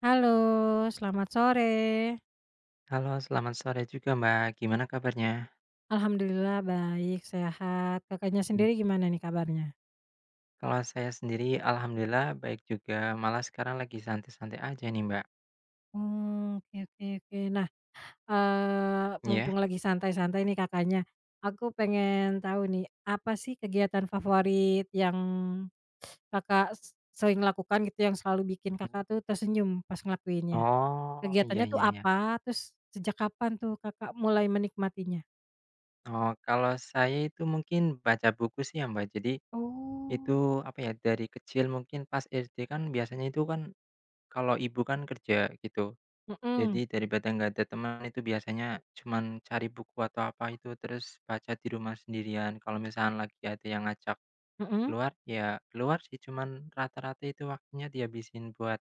Halo, selamat sore. Halo, selamat sore juga, Mbak. Gimana kabarnya? Alhamdulillah baik, sehat. Kakaknya Mmm. sendiri gimana nih kabarnya? Kalau saya sendiri alhamdulillah baik juga, malah sekarang lagi santai-santai aja nih, Mbak, Oh, oke oke oke. Nah, ya. mumpung lagi santai-santai nih Kakaknya, aku pengen tahu nih, apa sih kegiatan favorit yang Kakak s sering lakukan gitu, yang selalu bikin Mmm. Kakak tuh tersenyum pas ngelakuinnya? Oh, iya Kegiatannya tuh iya iya. apa? Terus sejak kapan tuh Kakak mulai menikmatinya? Oh, kalau saya itu mungkin baca buku sih ya, Mbak. Jadi Oh. itu, dari kecil mungkin pas SD kan biasanya itu kan kalau ibu kan kerja gitu, jadi Mhm, daripada nggak ada teman itu biasanya cuman cari buku atau apa itu, terus baca di rumah sendirian kalau misalnya lagi ada yang ngajak mhm, keluar, ya keluar sih, cuman rata-rata itu waktunya dihabisin buat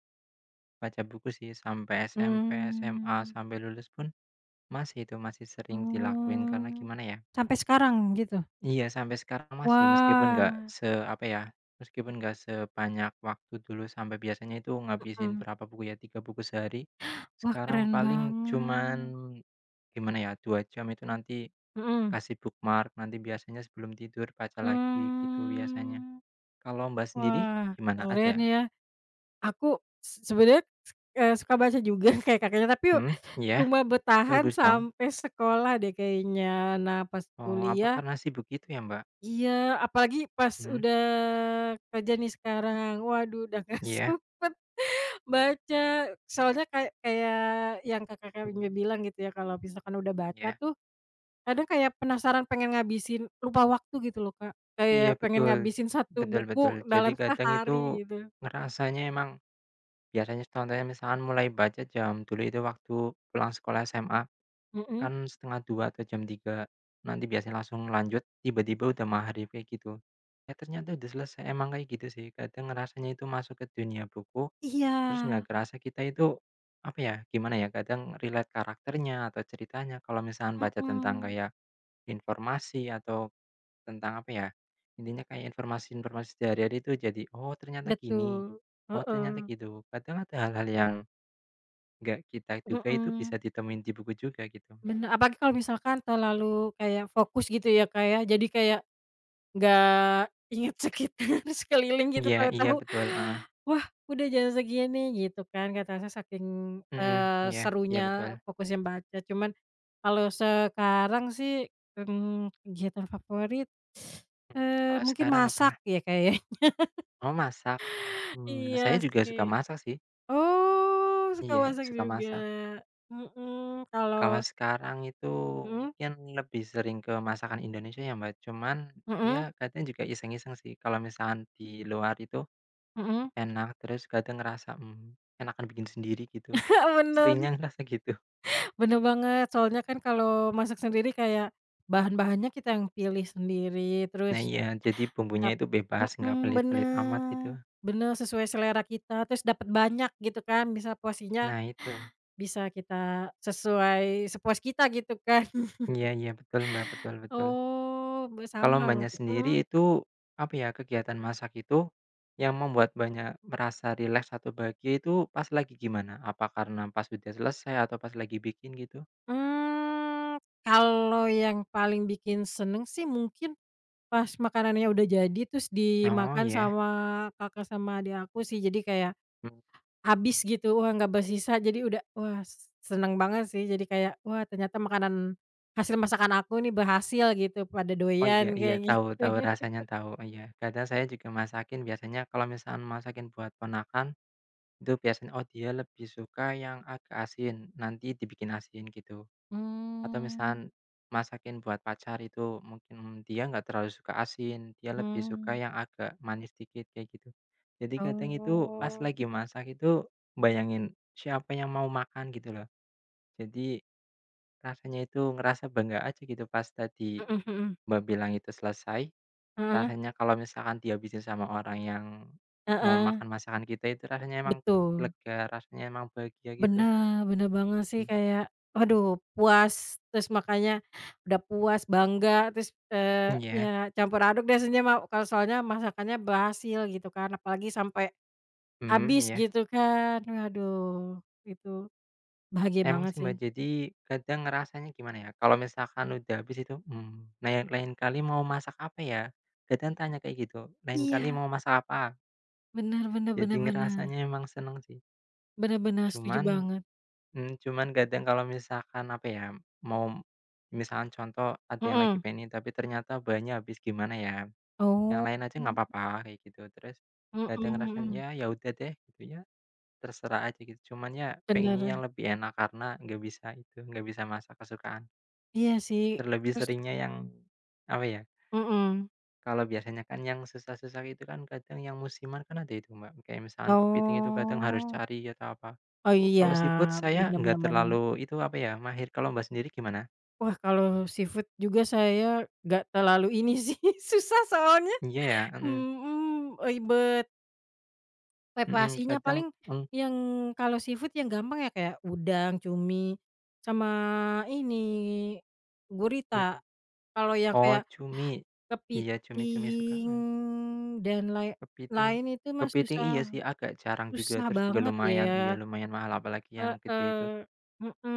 baca buku sih sampai SMP, SMA, mmm. sampai lulus pun masih itu, masih sering dilakuin karena Oh, gimana ya, sampai sekarang gitu? iya sampai sekarang masih meskipun nggak Wah, se apa ya, meskipun nggak sebanyak waktu dulu sampai biasanya itu ngabisin mhm. berapa buku ya, 3 buku sehari, Wah, sekarang keren paling cuman banget. gimana ya, 2 jam itu nanti Mhm. kasih bookmark, nanti biasanya sebelum tidur baca lagi gitu biasanya. Mmm, Kalau Mbak sendiri wah, gimana? keren Ada? ya. Aku se Sebenarnya, suka baca juga kayak Kakaknya, tapi Mhm, iya, cuma bertahan bagus dong. sampai sekolah deh kayaknya. Nah, pas Oh, apa kuliah karena sibuk gitu ya, Mbak? iya, apalagi pas Mhm, udah kerja nih sekarang, waduh udah nggak iya, sempet. Baca, soalnya kayak kayak yang Kakak mmm, Kakaknya bilang gitu ya, kalau misalkan udah baca iya. tuh, kadang kayak penasaran pengen ngabisin, lupa waktu gitu loh, Kak. Kayak Iya, pengen betul. ngabisin satu Betul betul. buku Jadi dalam kadang itu sehari gitu. ngerasanya emang biasanya contohnya misalkan mulai baca jam dulu itu waktu pulang sekolah SMA, Mhm. kan setengah dua atau jam tiga. Nanti biasanya langsung lanjut, tiba-tiba udah magrib, kayak gitu. Ya ternyata udah selesai, emang kayak gitu sih, kadang ngerasanya itu masuk ke dunia buku. Iya, Terus nggak kerasa kita itu, apa ya, gimana ya, kadang relate karakternya atau ceritanya kalau misalnya baca tentang mhm, kayak informasi atau tentang, intinya kayak informasi-informasi sehari-hari itu jadi, "Oh ternyata gini, betul, oh ternyata heeh, gitu." Kadang ada hal-hal yang nggak kita duga itu mhm, bisa ditemuin di buku juga gitu. bener, apalagi kalau misalkan terlalu kayak fokus gitu ya, Kak, ya, jadi kayak nggak inget sekitar, sekeliling gitu Iya iya tahu-tahu, betul, heeh, "Wah, udah jam segini," gitu kan kata saya saking, mhm, iya iya betul. serunya fokusnya baca. Cuman kalau sekarang sih, mmm, kegiatan favorit, Mmm. Kalau mungkin sekarang apa? masak ya kayaknya. Oh masak, Iya saya juga sih. suka masak sih, Oh, suka iya masak suka juga. masak. Mhm, kalau Kalau sekarang itu mhm? mungkin lebih sering ke masakan Indonesia ya, Mbak, cuman Mhm? ya kadang juga iseng-iseng sih kalau misalkan di luar itu Mhm? enak, terus kadang ngerasa, enakan bikin sendiri gitu, Bener. seringnya ngerasa gitu. Bener banget, soalnya kan kalau masak sendiri kayak bahan-bahannya kita yang pilih sendiri, Nah terus iya, jadi bumbunya dap itu bebas, nggak mhm, pelit-pelit amat gitu. bener bener, sesuai selera kita, terus dapat banyak gitu kan, bisa porsinya Nah itu. bisa kita sesuai sepuas kita gitu kan. Iya iya, betul, Mbak, betul betul. Oh, be Kalau sama Mbaknya berarti, sendiri mhm, itu, kegiatan masak itu yang membuat Mbaknya merasa rileks atau bahagia itu pas lagi gimana? Apa karena pas udah selesai atau pas lagi bikin gitu? mmm, kalau yang paling bikin seneng sih mungkin pas makanannya udah jadi, terus Oh dimakan iya, sama kakak sama adik aku sih, jadi kayak mmm, habis gitu, wah nggak bersisa jadi udah wah seneng banget sih jadi kayak, wah ternyata makanan hasil masakan aku nih berhasil gitu, pada oh doyan iya iya, kayak tahu gitu. tahu rasanya tahu. Oh, iya. Kadang saya juga masakin biasanya kalau misalkan masakin buat ponakan, itu biasanya, oh dia lebih suka yang agak asin, nanti dibikin asin gitu. Atau misalkan Hmm, masakin buat pacar itu mungkin dia nggak terlalu suka asin, dia lebih suka mmm, yang agak manis dikit kayak gitu. Jadi kadang itu pas oh. lagi masak itu bayangin siapa yang mau makan gitu loh. Jadi rasanya itu ngerasa bangga aja gitu pas tadi Mhm mhm, Mbak bilang itu selesai. heeh Rasanya kalau misalkan dihabisin sama orang yang mau heeh, makan masakan kita itu rasanya emang betul. lega, rasanya emang bahagia gitu. Bener bener banget sih Hmm, kayak, waduh puas, terus makanya udah puas, bangga, terus, iya, ya campur aduk deh sebenarnya mah kalau soalnya masakannya berhasil gitu kan, apalagi sampai mhm, habis iya. gitu kan, waduh itu bahagia Emang banget sih, sih. Mbak, jadi kadang ngerasanya gimana ya, kalau misalkan udah habis itu, "Hmm, nah yang lain kali mau masak apa ya?" Kadang tanya kayak gitu, "Lain kali Iya, mau masak apa?" bener bener Jadi bener bener, ngerasanya emang seneng sih. bener bener setuju Cuman banget, cuman kadang kalau misalkan apa ya, mau misalkan contoh ada yang lagi mhm. pengen ini, tapi ternyata bahannya habis, gimana ya? Yang Oh, lain aja nggak apa-apa kayak gitu. Terus mhm kadang ngerasanya, mhm, "Ya ya udah deh," gitu ya, terserah aja gitu. Cuman ya pengennya bener, yang lebih enak karena nggak bisa itu, nggak bisa masak kesukaan. iya sih, Terlebih terus seringnya yang, apa ya, mhm, kalau biasanya kan yang susah-susah itu kan kadang yang musiman kan ada itu Mbak, kayak misalkan kepiting itu kadang harus oh, cari atau apa. oh iya, Kalau seafood saya bener nggak bener bener. terlalu itu, mahir. Kalau Mbak sendiri gimana? Wah kalau seafood juga saya nggak terlalu ini sih, susah soalnya, Iya ya? Mhm mhm, ribet. mhm, Preparasinya paling yang kalau seafood yang gampang ya kayak udang, cumi, sama ini mhm. gurita. Kalau yang Oh kayak cumi, iya cumi-cumi suka, kepiting mmm. dan Kepiting lain itu mah kepiting iya susah sih agak jarang juga, susah terus juga banget lumayan iya ya. lumayan mahal apalagi yang gede itu. Heeh,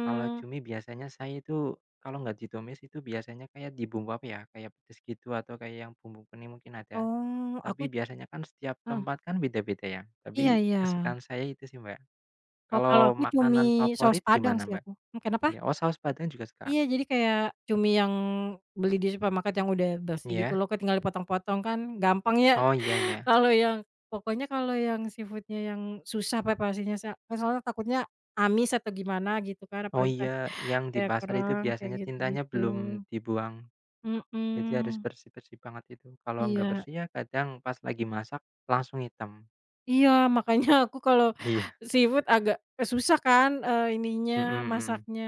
Kalau cumi biasanya saya itu, kalau nggak ditumis itu biasanya kayak dibumbu apa ya, kayak pedes gitu atau kayak yang bumbu kuning mungkin ada. Oh, Tapi aku biasanya kan setiap heeh, tempat kan beda-beda ya, iya tapi iya. kesukaan saya itu sih, Mbak. Oh, kalau Kalau aku makanan cumi saus favorit padang gimana, sih Mbak? aku. Mmm, kenapa? Ya, oh saus padang juga suka? Iya, jadi kayak cumi yang beli di supermarket yang udah bersih gitu Iya? loh, Kak, tinggal dipotong-potong kan gampang ya. Oh, iya iya. Kalau yang pokoknya kalau yang seafood-nya yang susah preparasinya kan soalnya takutnya amis atau gimana gitu kan, Oh apalagi iya, kayak yang di kayak pasar itu kerang, kayak biasanya tintanya gitu-gitu. belum dibuang, jadi harus Mhm, bersih-bersih banget itu. Kalau nggak iya. bersih ya kadang pas lagi masak langsung hitam. Iya, makanya aku kalau Iya, seafood agak, susah kan, ininya, mhm mhm. masaknya.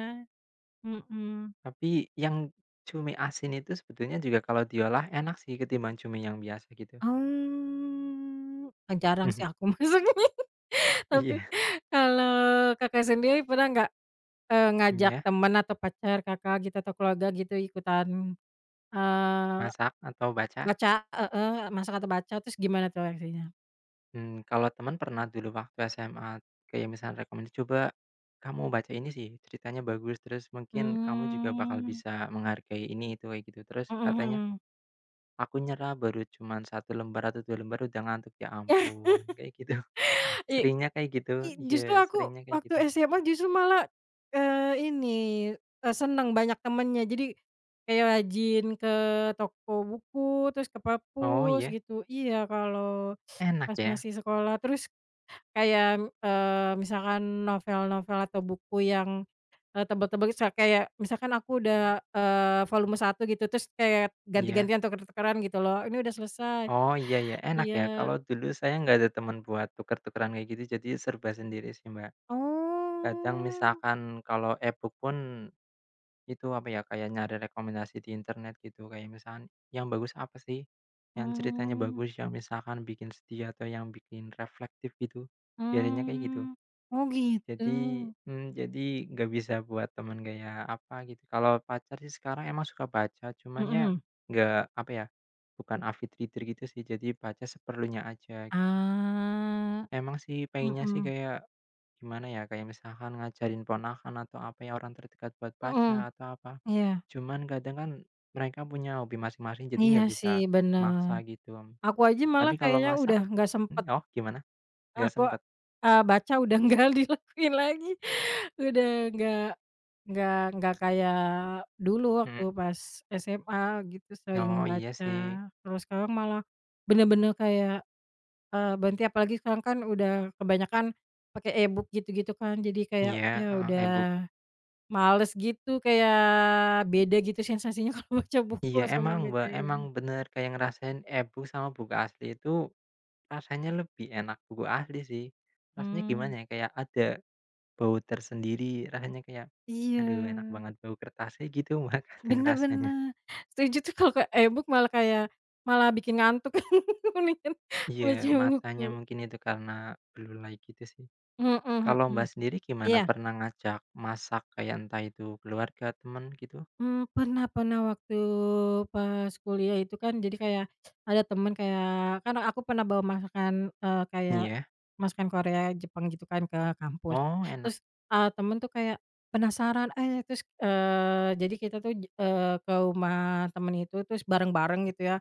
Mhm. Tapi yang cumi asin itu sebetulnya juga kalau diolah enak sih ketimbang cumi yang biasa gitu. Oh, e jarang sih aku masak. Tapi Iya, kalau Kakak sendiri pernah nggak, ngajak iya, teman atau pacar Kakak gitu atau keluarga gitu ikutan, eee masak atau baca. baca heeh, masa kata baca terus gimana tuh reaksinya? Mmm, kalau teman pernah dulu waktu SMA kayak misalnya rekomendasi, "Coba kamu baca ini sih, ceritanya bagus, terus mungkin kamu juga bakal Mmm, bisa menghargai ini," itu kayak gitu. Terus mhm katanya, mhm. "Aku nyerah baru cuman satu lembar atau 2 lembar udah ngantuk." Ya ampun, kayak gitu. I Seringnya kayak gitu, i justru iya, aku seringnya kayak waktu gitu. SMA justru malah, ini, seneng banyak temennya jadi kayak rajin ke toko buku, terus ke Oh, perpus iya? gitu iya kalau Enak pas ya? masih sekolah terus kayak, misalkan novel-novel atau buku yang, tebel-tebel sa kayak misalkan aku Mmm. udah, volume satu gitu terus kayak Iya. ganti-gantian tuker-tukeran gitu loh, ini udah selesai Oh, iya iya, enak ya, iya. kalau dulu saya nggak ada teman buat tuker-tukeran kayak gitu, jadi serba sendiri sih, Mbak. Kadang Oh, misalkan kalau e-book pun itu, kayak nyari rekomendasi di internet gitu, kayak misalkan yang bagus apa sih, yang ceritanya mmm, bagus, yang misalkan bikin sedih atau yang bikin reflektif gitu, biasanya kayak gitu. mmm, oh gitu, Jadi nggak bisa buat temen kayak apa gitu, kalau pacar sih sekarang emang suka baca, cuman ya mhm, nggak apa ya, bukan avid reader gitu sih, jadi baca seperlunya aja gitu. ah, Emang sih pengennya sih mhm kayak gimana ya, kayak misalkan ngajarin ponakan atau apa ya, orang terdekat buat mhm, baca atau apa. iya Cuman kadang kan mereka punya hobi masing-masing jadi iya nggak bisa sih bener. maksa gitu. Aku aja malah Tapi kalau kayaknya masak udah nggak sempet hmm, oh gimana? Nggak aku, sempet? Baca udah nggak dilakuin lagi. Udah nggak kayak dulu waktu Mhm. pas SMA gitu Oh sering iya baca, sih. kalau sekarang malah bener-bener kayak, berhenti apalagi sekarang kan udah kebanyakan pakai e-book gitu-gitu kan jadi kayak Iya, ya heeh, udah eh bu males gitu kayak beda gitu sensasinya kalau baca buku Iya sama emang, baca Mbak, emang e-book. bener kayak ngerasain e-book sama buku asli itu rasanya lebih enak buku asli sih. Rasanya gimana Mmm, ya, kayak ada bau tersendiri, rasanya kayak, iya, aduh enak banget bau kertasnya gitu, Mbak, kadang bener rasanya. bener, setuju tuh kalau ke e-book malah kayak malah bikin ngantuk mendingan Iya, baca buku. matanya mungkin itu karena belulai gitu sih. Mhm Kalau mhm. Mbak sendiri gimana, Iya, pernah ngajak masak kayak entah itu keluarga, temen gitu? mmm, pernah pernah waktu pas kuliah itu kan jadi kayak ada temen kayak kan aku pernah bawa masakan, kayak Iya? masakan Korea, Jepang gitu kan ke kampus. Oh enak Terus, temen tuh kayak penasaran, "Eh," terus, jadi kita tuh, ke rumah temen itu terus bareng-bareng gitu ya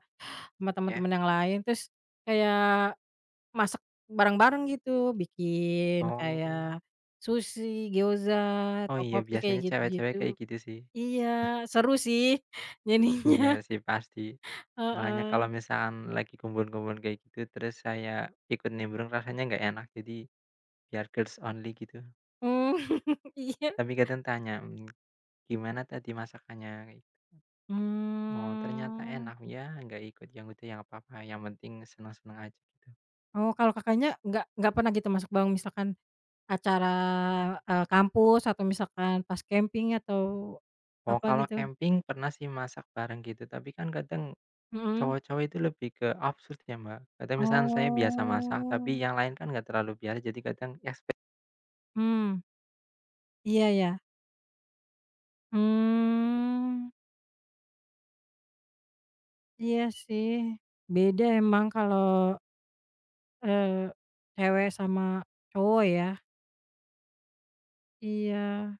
sama ya? temen-temen yang lain, terus kayak masak bareng-bareng gitu, bikin Oh. kayak sushi, gyoza, Oh iya tteokbokki kayak biasanya cewek-cewek kayak gitu-gitu. gitu sih. Iya, seru sih jadinya, Iya sih pasti. Makanya kalau heeh, misalkan lagi kumpul-kumpul kayak gitu, terus saya ikut nimbrung rasanya nggak enak, jadi biar girls only gitu. mmm, iya, Tapi kadang tanya, "Mmm, gimana tadi masakannya?" Kayak gitu. "Oh, ternyata mmm, enak." Ya nggak ikut, yang udah yang apa-apa, yang penting seneng-seneng aja gitu. oh kalau Kakaknya nggak pernah gitu masuk bang misalkan acara, kampus atau misalkan pas camping atau Oh, apa kalau gitu? camping pernah sih masak bareng gitu, tapi kan kadang Mhm, cowok-cowok itu lebih ke absurd ya, Mbak. Kadang misalkan saya biasa masak, tapi oh, yang lain kan nggak terlalu biasa, jadi kadang expect mmm, iya ya, mmm, iya sih beda emang kalau, eee, cewek sama cowok ya, iya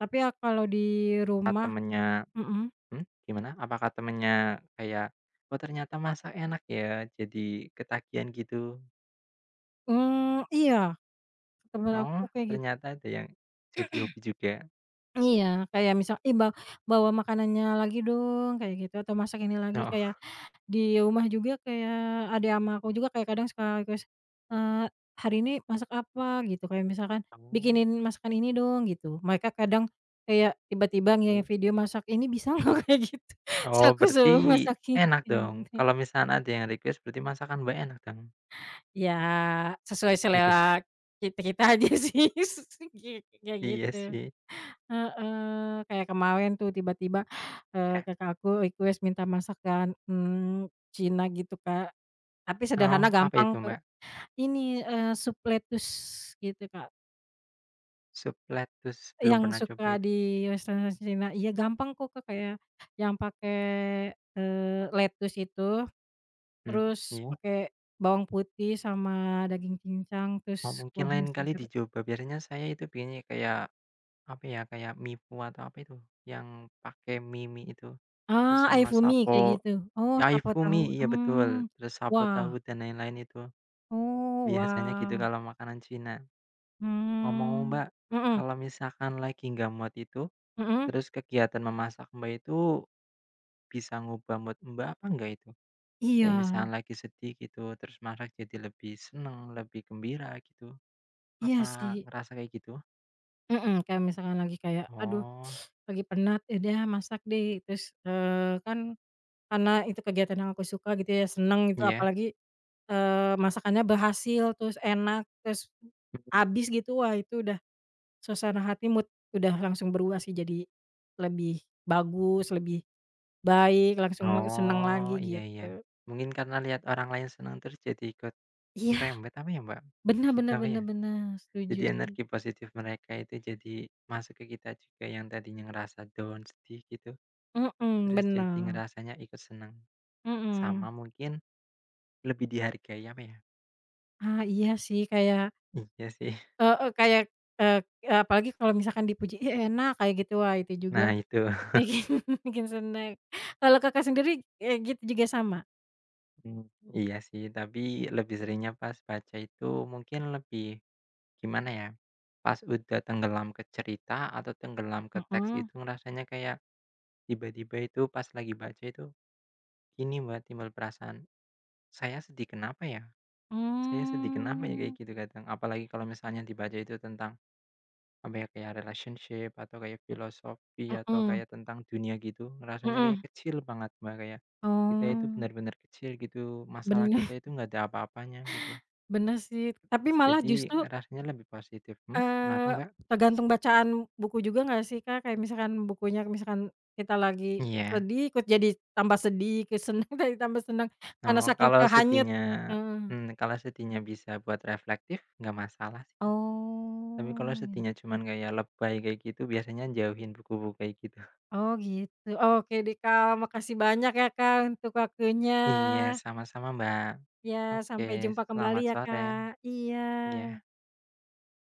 tapi ya kalau di rumah temennya mhm, Hmm gimana? Apakah temennya kayak, "Oh ternyata masak enak ya?" Jadi ketagihan gitu? mmm, iya, ke temen "Oh aku kayak gitu ternyata ada yang jadi hobi juga?" iya, kayak misal, "Ih, ba bawa makanannya lagi dong," kayak gitu, atau, "Masak ini lagi," kayak Heeh. di rumah juga kayak adek ama aku juga kayak kadang suka request, eee, "Hari ini masak apa?" Gitu, kayak misalkan, "Bikinin Oh, masakan ini dong," gitu. Mereka kadang kayak tiba-tiba ngirim mhm video mhm. masak, "Ini bisa nggak?" Kayak gitu, terus Oh aku berarti suruh masakin enak kayak dong, gitu. kalau misalnya ada yang request berarti masakan Mbak enak dong? Ya, sesuai Iya selera kita-kita aja sih, kayak iya gitu. sih. Heeh, kayak kemarin tuh tiba-tiba, Iya. kakak aku request minta masakan, mmm, Cina gitu, Kak. Tapi Oh, sederhana apa itu gampang ke Mbak? ini, sup lettuce gitu, Kak, Sup lettuce, belum yang pernah coba suka itu. di restoran Cina. Iya gampang kok, Kak, kayak yang pakai, lettuce itu, Mmm, terus iya. pakai bawang putih sama daging cincang, Oh terus mungkin kuahnya lain kali segar dicoba, biasanya saya itu bikinnya kayak, kayak mie fu atau apa itu, yang pakai mie-mie itu. Terus ah, sama Aifumi Sapo kayak gitu? Oh, siapa Yaifumi, tahu, iya betul, mmm, terus Sapo tahu wah, dan lain-lain itu, oh, biasanya gitu wah. kalau makanan Cina. Ngomong-ngomong Mmm, Mbak, mhm kalau misalkan lagi nggak mood itu, mhm, terus kegiatan memasak Mbak itu bisa ngubah mood Mbak apa enggak itu? Kayak iya misalkan lagi sedih gitu, terus masak jadi lebih seneng, lebih gembira gitu, iya apa sih, ngerasa kayak gitu? mhm, kayak misalkan lagi kayak, "Aduh Oh, lagi penat, ya udah masak deh," terus, kan karena itu kegiatan yang aku suka gitu ya, seneng gitu, iya? apalagi, masakannya berhasil, terus enak, terus Mhm. habis gitu, wah itu udah suasana hati mood udah langsung berubah sih jadi lebih bagus, lebih baik, langsung seneng Oh, lagi iya iya. gitu. Mungkin karena lihat orang lain senang terus jadi ikut Iya, merembet apa ya Mbak? bener Gitu bener apa bener ya? bener, Jadi setuju sih. energi positif mereka itu jadi masuk ke kita juga yang tadinya ngerasa down, sedih gitu, Mhm, terus jadi bener. ngerasanya ikut senang, sama Mhm. mungkin lebih dihargai apa ya? Ah, iya sih kayak, Iya sih. eee eee, kayak, eee apalagi kalau misalkan dipuji, "Ih enak," kayak gitu, wah itu juga Nah itu, bikin bikin seneng. Kalau Kakak sendiri, gitu juga sama? mmm, iya sih tapi lebih seringnya pas baca itu mungkin lebih gimana ya, pas udah tenggelam ke cerita atau tenggelam ke teks Mhm. itu ngerasanya kayak tiba-tiba itu pas lagi baca itu, gini Mbak timbul perasaan, "Saya sedih kenapa ya?" Saya sedih kenapa ya kayak Mmm, gitu kadang, apalagi kalau misalnya dibaca itu tentang, kayak relationship atau kayak filosofi atau mhm kayak tentang dunia gitu, rasanya kayak mhm. kecil banget Mbak, kayak, kita itu Oh, benar-benar kecil gitu, masalah bener kita itu nggak ada apa-apanya gitu. bener sih, tapi malah Jadi justru, rasanya lebih positif. Hmm, kenapa eee, Mbak? tergantung bacaan buku juga nggak sih, Kak? Kayak misalkan bukunya misalkan kita lagi Iya. sedih, ikut jadi tambah sedih, ikut seneng jadi tambah seneng, karena Oh, saking kalau kehanyut. sedihnya Heeh. mmm, kalau sedihnya bisa buat reflektif, nggak masalah sih. Tapi kalau Oh. sedihnya cuman kayak lebay kayak gitu, biasanya jauhin buku-buku kayak gitu. Oh gitu. Oke deh Kak, makasih banyak ya Kak untuk waktunya. Iya, sama-sama Mbak. Ya Oke, sampai jumpa kembali selamat ya sore. Kak. Iya. Ya.